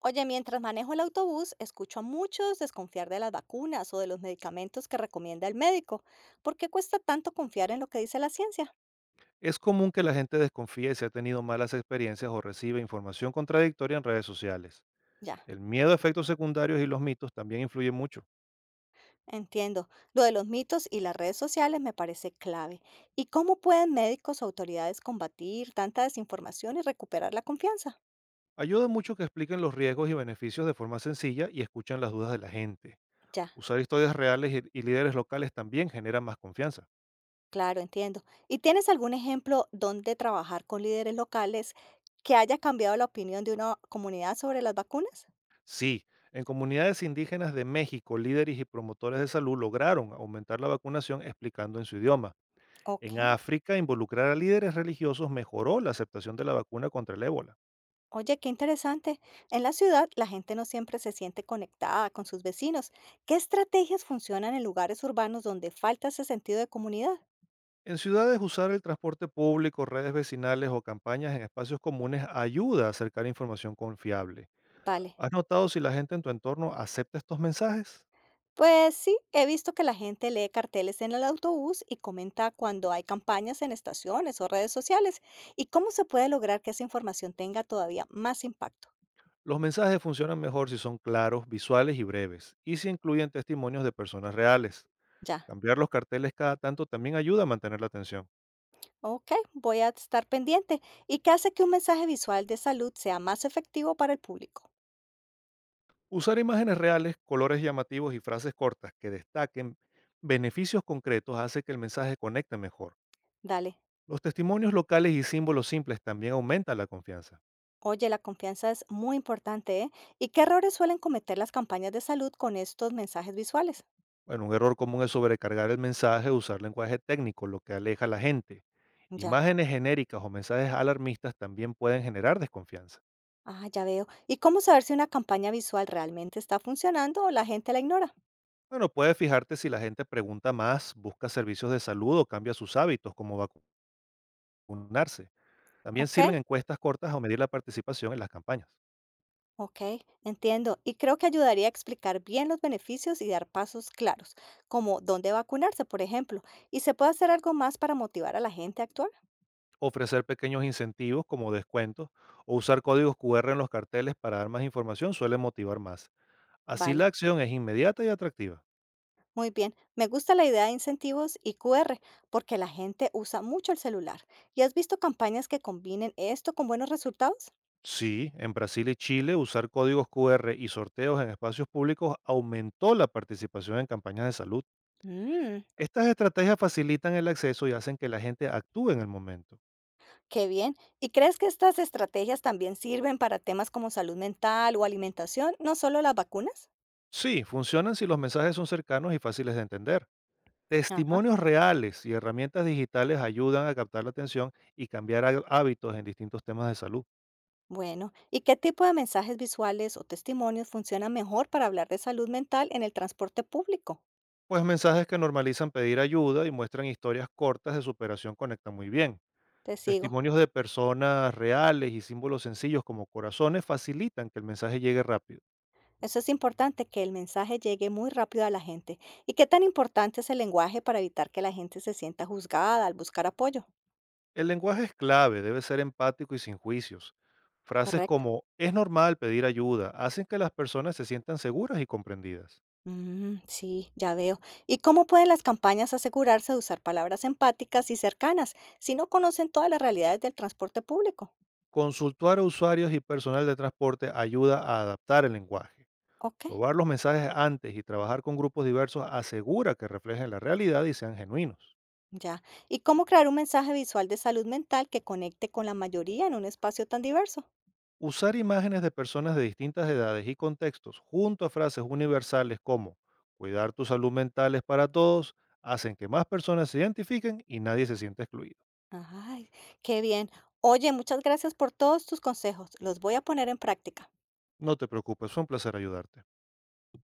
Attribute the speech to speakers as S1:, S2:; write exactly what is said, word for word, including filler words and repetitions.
S1: Oye, mientras manejo el autobús, escucho a muchos desconfiar de las vacunas o de los medicamentos que recomienda el médico. ¿Por qué cuesta tanto confiar en lo que dice la ciencia?
S2: Es común que la gente desconfíe si ha tenido malas experiencias o recibe información contradictoria en redes sociales.
S1: Ya,
S2: El miedo a efectos secundarios y los mitos también influyen mucho.
S1: entiendo. Lo de los mitos y las redes sociales me parece clave. ¿Y cómo pueden médicos o autoridades combatir tanta desinformación y recuperar la confianza?
S2: Ayuda mucho que expliquen los riesgos y beneficios de forma sencilla y escuchen las dudas de la gente.
S1: Ya,
S2: Usar historias reales y, y líderes locales también genera más confianza.
S1: claro, entiendo. ¿Y tienes algún ejemplo donde trabajar con líderes locales que haya cambiado la opinión de una comunidad sobre las vacunas?
S2: Sí, en comunidades indígenas de México, líderes y promotores de salud lograron aumentar la vacunación explicando en su idioma. En
S1: Ok.
S2: África, involucrar a líderes religiosos mejoró la aceptación de la vacuna contra el ébola.
S1: Oye, qué interesante. En la ciudad, la gente no siempre se siente conectada con sus vecinos. ¿Qué estrategias funcionan en lugares urbanos donde falta ese sentido de comunidad?
S2: En ciudades, usar el transporte público, redes vecinales o campañas en espacios comunes ayuda a acercar información confiable.
S1: Vale.
S2: ¿Has notado si la gente en tu entorno acepta estos mensajes?
S1: Pues sí, he visto que la gente lee carteles en el autobús y comenta cuando hay campañas en estaciones o redes sociales. ¿Y cómo se puede lograr que esa información tenga todavía más impacto?
S2: Los mensajes funcionan mejor si son claros, visuales y breves, y si incluyen testimonios de personas reales.
S1: Ya.
S2: Cambiar los carteles cada tanto también ayuda a mantener la atención.
S1: Ok, voy a estar pendiente. ¿Y qué hace que un mensaje visual de salud sea más efectivo para el público?
S2: Usar imágenes reales, colores llamativos y frases cortas que destaquen beneficios concretos hace que el mensaje conecte mejor.
S1: Dale.
S2: Los testimonios locales y símbolos simples también aumentan la confianza.
S1: Oye, la confianza es muy importante, ¿eh? ¿Y qué errores suelen cometer las campañas de salud con estos mensajes visuales?
S2: Bueno, un error común es sobrecargar el mensaje o usar lenguaje técnico, lo que aleja a la gente.
S1: Ya,
S2: Imágenes genéricas o mensajes alarmistas también pueden generar desconfianza.
S1: ah, ya veo. ¿Y cómo saber si una campaña visual realmente está funcionando o la gente la ignora?
S2: Bueno, puedes fijarte si la gente pregunta más, busca servicios de salud o cambia sus hábitos, como vacunarse. También
S1: Ok,
S2: sirven encuestas cortas o medir la participación en las campañas.
S1: ok, entiendo. Y creo que ayudaría a explicar bien los beneficios y dar pasos claros, como dónde vacunarse, por ejemplo. ¿Y se puede hacer algo más para motivar a la gente a actuar?
S2: Ofrecer pequeños incentivos como descuentos o usar códigos Q R en los carteles para dar más información suele motivar más. Así la
S1: Vale.
S2: acción es inmediata y atractiva.
S1: Muy bien, me gusta la idea de incentivos y Q R porque la gente usa mucho el celular. ¿Y has visto campañas que combinen esto con buenos resultados?
S2: Sí, en Brasil y Chile usar códigos Q R y sorteos en espacios públicos aumentó la participación en campañas de salud.
S1: Mmm,
S2: Estas estrategias facilitan el acceso y hacen que la gente actúe en el momento.
S1: qué bien. ¿Y crees que estas estrategias también sirven para temas como salud mental o alimentación, no solo las vacunas?
S2: Sí, funcionan si los mensajes son cercanos y fáciles de entender.
S1: Ajá.
S2: Testimonios reales y herramientas digitales ayudan a captar la atención y cambiar há- hábitos en distintos temas de salud.
S1: Bueno, ¿y qué tipo de mensajes visuales o testimonios funcionan mejor para hablar de salud mental en el transporte público?
S2: Pues mensajes que normalizan pedir ayuda y muestran historias cortas de superación conectan muy bien.
S1: Te sigo.
S2: Testimonios de personas reales y símbolos sencillos como corazones facilitan que el mensaje llegue rápido.
S1: Eso es importante, que el mensaje llegue muy rápido a la gente. ¿Y qué tan importante es el lenguaje para evitar que la gente se sienta juzgada al buscar apoyo?
S2: El lenguaje es clave, debe ser empático y sin juicios. Frases
S1: Correcto.
S2: como es normal pedir ayuda hacen que las personas se sientan seguras y comprendidas.
S1: Mm, sí, ya veo. ¿Y cómo pueden las campañas asegurarse de usar palabras empáticas y cercanas si no conocen todas las realidades del transporte público?
S2: Consultar a usuarios y personal de transporte ayuda a adaptar el lenguaje.
S1: Ok,
S2: Probar los mensajes antes y trabajar con grupos diversos asegura que reflejen la realidad y sean genuinos.
S1: ya. ¿Y cómo crear un mensaje visual de salud mental que conecte con la mayoría en un espacio tan diverso?
S2: Usar imágenes de personas de distintas edades y contextos junto a frases universales como cuidar tu salud mental es para todos hacen que más personas se identifiquen y nadie se sienta excluido.
S1: Ay, qué bien. Oye, muchas gracias por todos tus consejos. Los voy a poner en práctica.
S2: No te preocupes, fue un placer ayudarte.